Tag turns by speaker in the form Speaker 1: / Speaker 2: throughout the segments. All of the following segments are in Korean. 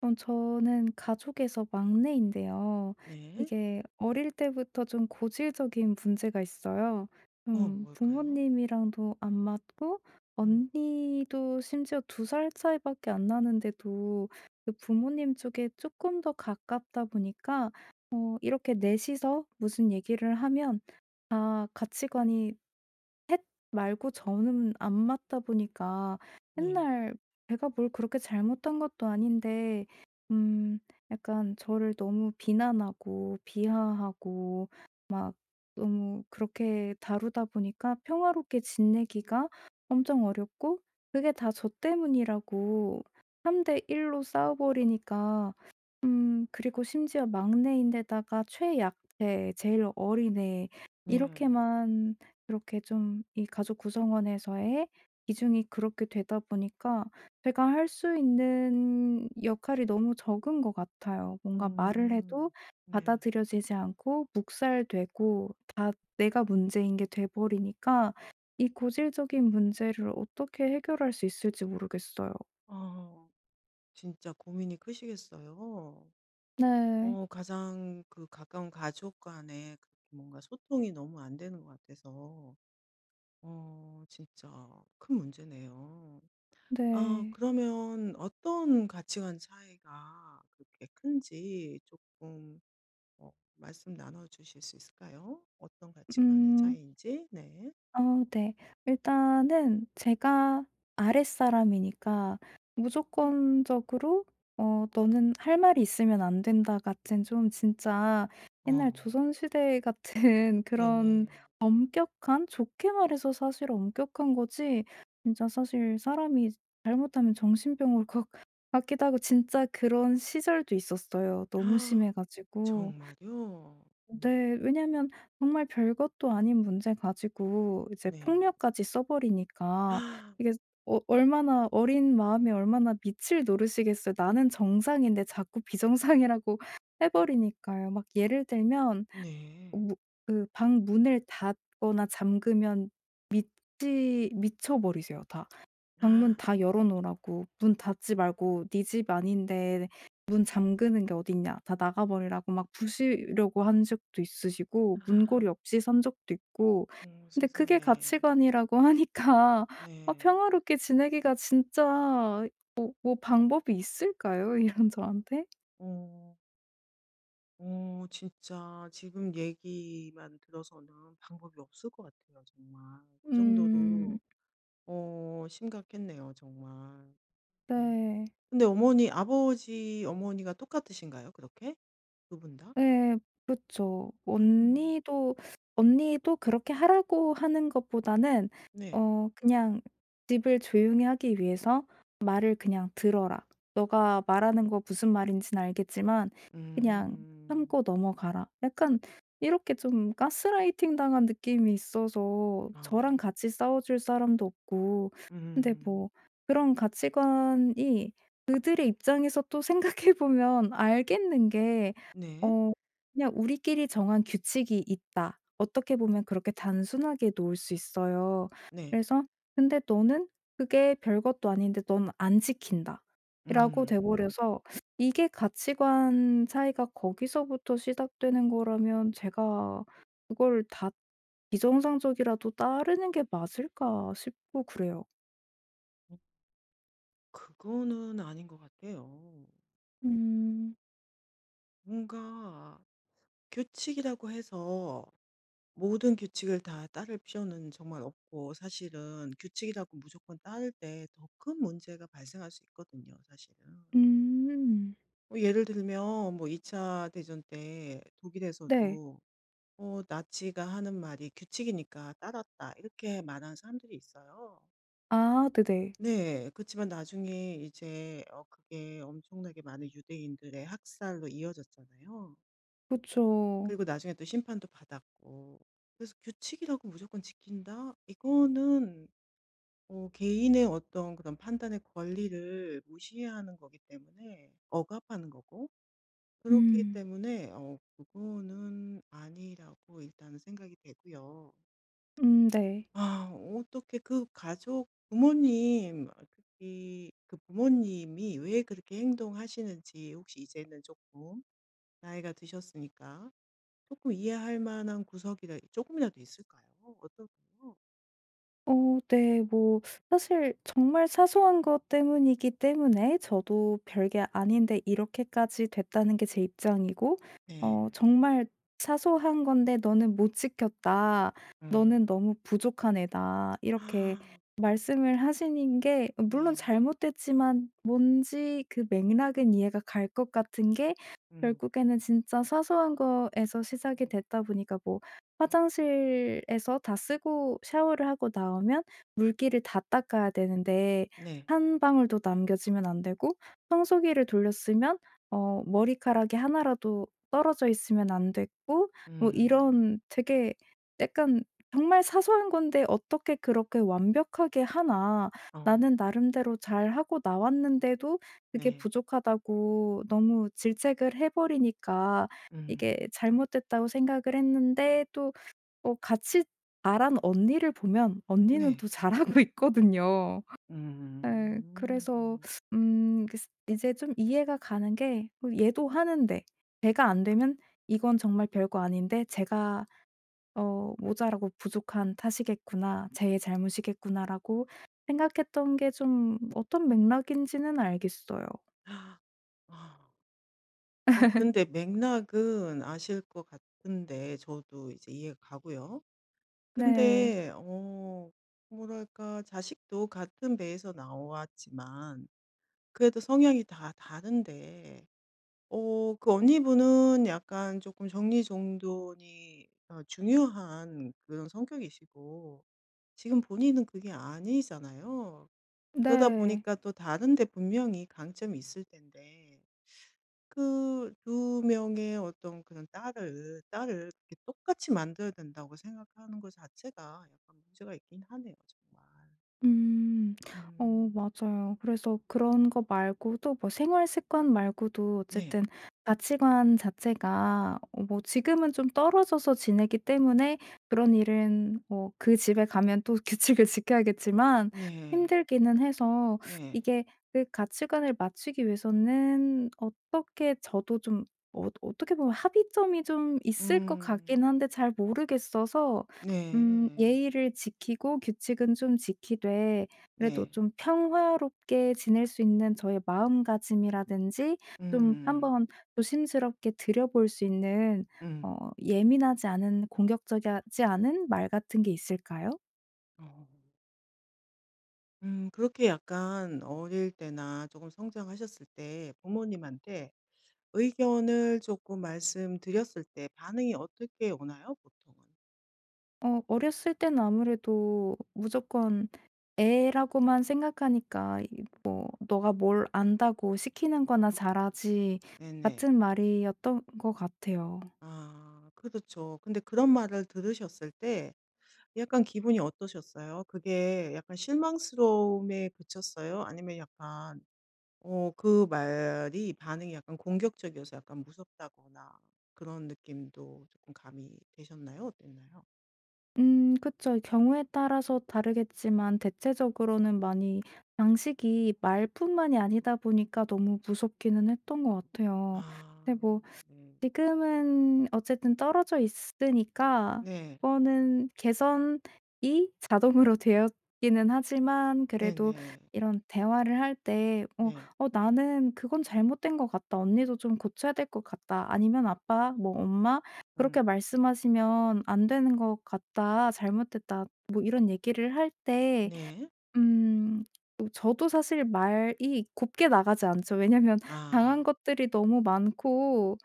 Speaker 1: 저는 가족에서 막내인데요.
Speaker 2: 네.
Speaker 1: 이게 어릴 때부터 좀 고질적인 문제가 있어요. 좀
Speaker 2: 뭘까요?
Speaker 1: 부모님이랑도 안 맞고,
Speaker 2: 음.
Speaker 1: 언니도 심지어 두 살 차이밖에 안 나는데도 그 부모님 쪽에 조금 더 가깝다 보니까 이렇게 넷이서 무슨 얘기를 하면 다 가치관이 셋 말고 저는 안 맞다 보니까
Speaker 2: 네.
Speaker 1: 맨날 제가 뭘 그렇게 잘못한 것도 아닌데 음 약간 저를 너무 비난하고 비하하고 막 너무 그렇게 다루다 보니까 평화롭게 지내기가 엄청 어렵고, 그게 다 저 때문이라고 3대 1로 싸워 버리니까. 그리고 심지어 막내인데다가 최약태, 제일 어린애
Speaker 2: 네.
Speaker 1: 이렇게만, 이렇게 좀 이 가족 구성원에서의 비중이 그렇게 되다 보니까 제가 할 수 있는 역할이 너무 적은 것 같아요. 뭔가 말을 해도
Speaker 2: 음. 네.
Speaker 1: 받아들여지지 않고 묵살되고 다 내가 문제인 게 돼 버리니까 이 고질적인 문제를 어떻게 해결할 수 있을지 모르겠어요.
Speaker 2: 아, 진짜 고민이 크시겠어요.
Speaker 1: 네.
Speaker 2: 가장 그 가까운 가족 간에 그렇게 뭔가 소통이 너무 안 되는 것 같아서 진짜 큰 문제네요. 아,
Speaker 1: 네.
Speaker 2: 그러면 어떤 가치관 차이가 그렇게 큰지 조금 말씀 나눠 주실 수 있을까요? 어떤 가치관의
Speaker 1: 음.
Speaker 2: 차이인지? 네.
Speaker 1: 어 네. 일단은 제가 아랫사람이니까 무조건적으로 "너는 할 말이 있으면 안 된다." 같은 좀 진짜 옛날
Speaker 2: 어.
Speaker 1: 조선시대 같은 그런
Speaker 2: 네네.
Speaker 1: 엄격한, 좋게 말해서 사실 엄격한 거지 진짜 사실 사람이 잘못하면 정신병 올 것 같기도 하고. 진짜 그런 시절도 있었어요, 너무 심해 가지고.
Speaker 2: 정말요? 음.
Speaker 1: 네. 왜냐면 정말 별것도 아닌 문제 가지고 이제
Speaker 2: 네.
Speaker 1: 폭력까지 써 버리니까. 이게 얼마나, 어린 마이 얼마나 밑을 노르시겠어요. 나는 정상인데 자꾸 비정상이라고 해 버리니까요. 막 예를 들면
Speaker 2: 네.
Speaker 1: 무 그방 문을 닫거나 잠그면 밑이 미쳐 버리세요 다. 방문 다 열어 놓으라고. 문 닫지 말고 "네 집 아닌데 문 잠그는 게 어딨냐. 다 나가 버리라."고 막 부수려고 한 적도 있으시고, 문고리
Speaker 2: 아,
Speaker 1: 없이 산 적도 있고. 근데 그게
Speaker 2: 세상에.
Speaker 1: 가치관이라고 하니까. 아,
Speaker 2: 네.
Speaker 1: 평화롭게 지내기가 진짜, 뭐 방법이 있을까요? 이런 저한테?
Speaker 2: 어 진짜 지금 얘기만 들어서는 방법이 없을 것 같아요 정말. 그
Speaker 1: 음.
Speaker 2: 정도로 심각했네요 정말. 음.
Speaker 1: 네.
Speaker 2: 근데 어머니 아버지 어머니가 똑같으신가요 그렇게? 두 분 다?
Speaker 1: 예. 그죠.
Speaker 2: 음.
Speaker 1: 언니도 그렇게 하라고 하는 것보다는
Speaker 2: 네.
Speaker 1: 그냥 집을 조용히 하기 위해서 "말을 그냥 들어라. 너가 말하는 거 무슨 말인는 알겠지만 그냥
Speaker 2: 음.
Speaker 1: 참고 넘어가라." 약간 이렇게 좀 가스라이팅 당한 느낌이 있어서
Speaker 2: 아.
Speaker 1: 저랑 같이 싸워 줄 사람도 없고. 근데
Speaker 2: 음.
Speaker 1: 뭐, 그런 가치관이 그들의 입장에서 또 생각해 보면 알겠는 게,
Speaker 2: 네.
Speaker 1: 어 그냥 우리끼리 정한 규칙이 있다, 어떻게 보면 그렇게 단순하게 놓을 수 있어요.
Speaker 2: 네.
Speaker 1: 그래서 "근데 너는 그게 별것도 아닌데 넌 안 지킨다." 이라고 돼
Speaker 2: 음.
Speaker 1: 버려서. 이게 가치관 차이가 거기서부터 시작되는 거라면 제가 그걸 다 비정상적이라도 따르는 게 맞을까 싶고 그래요.
Speaker 2: 그거는 아닌 것 같아요.
Speaker 1: 음.
Speaker 2: 뭔가 규칙이라고 해서 모든 규칙을 다 따를 필요는 정말 없고 사실은 규칙이라고 무조건 따를 때 더 큰 문제가 발생할 수 있거든요, 사실은.
Speaker 1: 음.
Speaker 2: 뭐 예를 들면 뭐 2차 대전 때
Speaker 1: 네.
Speaker 2: 독일에서도 나치가 하는 말이 "규칙이니까 따랐다." 이렇게 말하는 사람들이 있어요.
Speaker 1: 아, 네네.
Speaker 2: 네. 그렇지만 나중에 이제 그게 엄청나게 많은 유대인들의 학살로 이어졌잖아요.
Speaker 1: 그쵸.
Speaker 2: 그리고 나중에 또 심판도 받았고. 그래서 '규칙이라고 무조건 지킨다.' 이거는 개인의 어떤 그런 판단의 권리를 무시하는 거기 때문에 억압하는 거고 그렇기
Speaker 1: 음.
Speaker 2: 때문에 그거는 아니라고 일단은 생각이 되고요.
Speaker 1: 네.
Speaker 2: 아, 어떻게 그 가족 부모님 특히 그 부모님이 왜 그렇게 행동하시는지 혹시 이제는 조금 나이가 드셨으니까 조금 이해할 만한 구석이라 조금이라도 있을까요? 어떨까요?
Speaker 1: 어 네. 뭐 사실 정말 사소한 것 때문이기 때문에 저도 별게 아닌데 이렇게까지 됐다는 게 제 입장이고,
Speaker 2: 네.
Speaker 1: 정말 "사소한 건데 너는 못 지켰다. 너는
Speaker 2: 음.
Speaker 1: 너무 부족한 애다." 이렇게
Speaker 2: 아,
Speaker 1: 말씀을 하시는 게 물론
Speaker 2: 네.
Speaker 1: 잘못됐지만 뭔지 그 맥락은 이해가 갈 것 같은 게,
Speaker 2: 음.
Speaker 1: 결국에는 진짜 사소한 거에서 시작이 됐다 보니까. 뭐 화장실에서 다 쓰고 샤워를 하고 나오면 물기를 다 닦아야 되는데
Speaker 2: 네.
Speaker 1: 한 방울도 남겨지면 안 되고, 청소기를 돌렸으면 머리카락이 하나라도 떨어져 있으면 안 됐고. 뭐
Speaker 2: 음.
Speaker 1: 이런 되게 약간, 정말 사소한 건데 '어떻게 그렇게 완벽하게 하나.
Speaker 2: 어.
Speaker 1: 나는 나름대로 잘하고 나왔는데도 그게
Speaker 2: 네.
Speaker 1: 부족하다고 너무 질책을 해 버리니까
Speaker 2: 음.
Speaker 1: 이게 잘못됐다고' 생각을 했는데. 또 같이 잘한 언니를 보면 언니는
Speaker 2: 네.
Speaker 1: 또 잘하고 있거든요. 예.
Speaker 2: 음.
Speaker 1: 그래서 이제 좀 이해가 가는 게, 얘도 하는데 제가 안 되면 '이건 정말 별거 아닌데 제가 모자라고 부족한 탓이겠구나, 제 잘못이겠구나.'라고 생각했던 게 좀 어떤 맥락인지는 알겠어요.
Speaker 2: 아. 근데 맥락은 아실 것 같은데 저도 이제 이해가 가고요.
Speaker 1: 네.
Speaker 2: 근데 뭐랄까 자식도 같은 배에서 나왔지만 그래도 성향이 다 다른데 그 언니분은 약간 조금 정리정돈이 중요한 그런 성격이시고 지금 본인은 그게 아니잖아요. 그러다
Speaker 1: 네.
Speaker 2: 보니까 또 다른데 분명히 강점이 있을 텐데 그 두 명의 어떤 그런 딸을 렇게 똑같이 만들어야 된다고 생각하는 것 자체가 약간 문제가 있긴 하네요 정말.
Speaker 1: 음.
Speaker 2: 음.
Speaker 1: 맞아요. 그래서 그런 거 말고도 뭐 생활 습관 말고도,
Speaker 2: 네.
Speaker 1: 어쨌든 가치관 자체가, 뭐 지금은 좀 떨어져서 지내기 때문에 그런 일은, 뭐 그 집에 가면 또 규칙을 지켜야겠지만
Speaker 2: 네.
Speaker 1: 힘들기는 해서.
Speaker 2: 네.
Speaker 1: 이게 그 가치관을 맞추기 위해서는 어떻게 저도 좀, 어떻게 보면 합의점이 좀 있을 것 같긴
Speaker 2: 음.
Speaker 1: 한데 잘 모르겠어서. 음,
Speaker 2: 네.
Speaker 1: 예의를 지키고 규칙은 좀 지키되 그래도
Speaker 2: 네.
Speaker 1: 좀 평화롭게 지낼 수 있는 저의 마음가짐이라든지 좀
Speaker 2: 음음음.
Speaker 1: 한번 조심스럽게 들여볼 수 있는,
Speaker 2: 음.
Speaker 1: 어 예민하지 않은, 공격적이지 않은 말 같은 게 있을까요?
Speaker 2: 어. 그렇게 약간 어릴 때나 조금 성장하셨을 때 부모님한테 의견을 조금 말씀드렸을 때 반응이 어떻게 오나요 보통은?
Speaker 1: 어렸을 때는 아무래도 무조건 애라고만 생각하니까 이 뭐 "너가 뭘 안다고 시키는 거나 잘하지."
Speaker 2: 네네.
Speaker 1: 같은 말이었던 것 같아요.
Speaker 2: 아, 그렇죠. 근데 그런 말을 들으셨을 때 약간 기분이 어떠셨어요? 그게 약간 실망스러움에 그쳤어요? 아니면 약간 그 말이 반응이 약간 공격적이어서 약간 무섭다거나 그런 느낌도 조금 감이 되셨나요? 어땠나요?
Speaker 1: 음, 그쵸. 경우에 따라서 다르겠지만 대체적으로는 많이 방식이 말뿐만이 아니다 보니까 너무 무섭기는 했던 것 같아요. 근데
Speaker 2: 아,
Speaker 1: 뭐,
Speaker 2: 네.
Speaker 1: 지금은 어쨌든 떨어져 있으니까
Speaker 2: 네.
Speaker 1: 그거는 개선이 자동으로 되었기는 하지만, 그래도
Speaker 2: 네네.
Speaker 1: 이런 대화를 할 때 어
Speaker 2: 네.
Speaker 1: "어 나는 그건 잘못된 것 같다. 언니도 좀 고쳐야 될 것 같다." 아니면 "아빠, 뭐 엄마, 그렇게
Speaker 2: 음.
Speaker 1: 말씀하시면 안 되는 것 같다. 잘못됐다." 뭐 이런 얘기를 할때
Speaker 2: 네.
Speaker 1: 음, 저도 사실 말이 곱게 나가지 않죠. 왜냐면 당한
Speaker 2: 아.
Speaker 1: 것들이 너무 많고,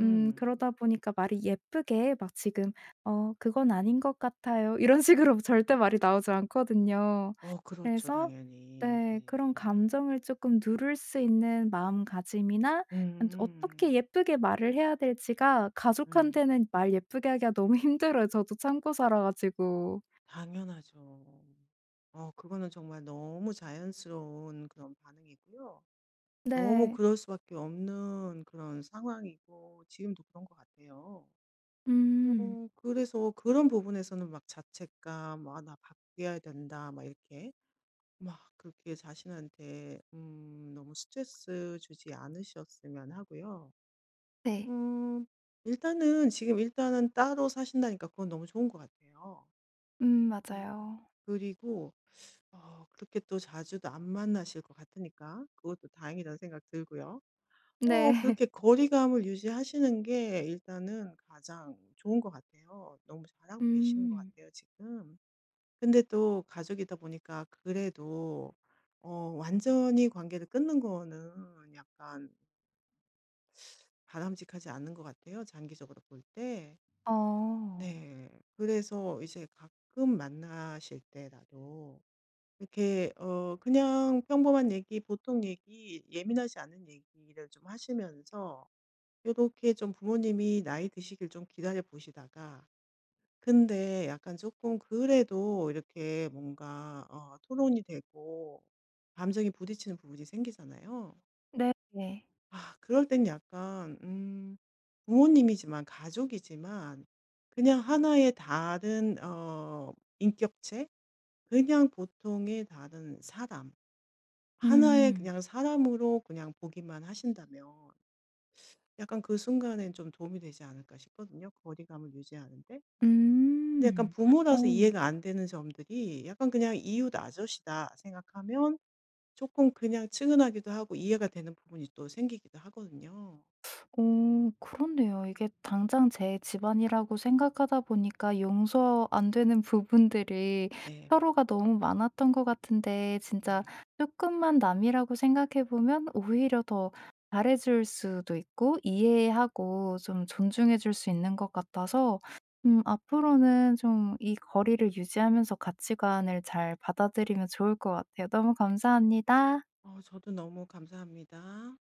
Speaker 1: 그러다 보니까 말이 예쁘게, 막 지금 "어 그건 아닌 것 같아요." 이런 식으로 절대 말이 나오지 않거든요.
Speaker 2: 그렇죠
Speaker 1: 그래서
Speaker 2: 당연히.
Speaker 1: 네,
Speaker 2: 네.
Speaker 1: 그런 감정을 쪼끔 누를 수 있는 마음가짐이나, 어떻게
Speaker 2: 음.
Speaker 1: 예쁘게 말을 해야 될지가,
Speaker 2: 음.
Speaker 1: 가족한테는 말 예쁘게 하기가 너무 힘들어요, 저도 참고 살아 가지고.
Speaker 2: 당연하죠. 그거는 정말 너무 자연스러운 그런 반응이고요. 너무
Speaker 1: 네.
Speaker 2: 그럴 수밖에 없는 그런 상황이고 지금도 그런 것 같아요.
Speaker 1: 음.
Speaker 2: 그래서 그런 부분에서는 막 자책감 '아 나 바뀌어야 된다.' 막 이렇게 막 그렇게 자신한테 너무 스트레스 주지 않으셨으면 하고요.
Speaker 1: 네.
Speaker 2: 음 일단은 지금 일단은 따로 사신다니까 그건 너무 좋은 것 같아요. 음
Speaker 1: 맞아요.
Speaker 2: 그리고 그렇게 또 자주도 안 만나실 것 같으니까 그것도 다행이라는 생각 들고요.
Speaker 1: 네.
Speaker 2: 그렇게 거리감을 유지하시는 게 일단은 가장 좋은 것 같아요. 너무 잘하고 계시는 것
Speaker 1: 음.
Speaker 2: 같아요 지금. 근데 또 가족이다 보니까 그래도 완전히 관계를 끊는 거는 약간 바람직하지 않은 것 같아요 장기적으로 볼 때.
Speaker 1: 어.
Speaker 2: 네. 그래서 이제 가끔 만나실 때라도 이렇게 그냥 평범한 얘기, 보통 얘기, 예민하지 않은 얘기를 좀 하시면서 요렇게 좀 부모님이 나이 드시길 좀 기다려 보시다가 근데 약간 조금 그래도 이렇게 뭔가 토론이 되고 감정이 부딪히는 부분이 생기잖아요.
Speaker 1: 네네.
Speaker 2: 아, 그럴 땐 약간 부모님이지만 가족이지만 그냥 하나의 다른 인격체, 그냥 보통의 다른 사람 하나의
Speaker 1: 음.
Speaker 2: 그냥 사람으로 그냥 보기만 하신다면 약간 그 순간엔 좀 도움이 되지 않을까 싶거든요, 거리감을 유지하는 데. 근데 약간
Speaker 1: 음. 어.
Speaker 2: 부모라서 이해가 안 되는 점들이 약간 그냥 이웃 아저씨다 생각하면 조금 그냥 측은하기도 하고 이해가 되는 부분이 또 생기기도 하거든요.
Speaker 1: 오, 그렇네요. 이게 당장 제 집안이라고 생각하다 보니까 용서 안 되는 부분들이
Speaker 2: 네.
Speaker 1: 서로가 너무 많았던 것 같은데,
Speaker 2: 네.
Speaker 1: 진짜 조금만 남이라고 생각해 보면 오히려 더 잘해 줄 수도 있고 이해하고 좀 존중해 줄 수 있는 것 같아서, 앞으로는 좀 이 거리를 유지하면서 가치관을 잘 받아들이면 좋을 것 같아요. 너무 감사합니다.
Speaker 2: 저도 너무 감사합니다.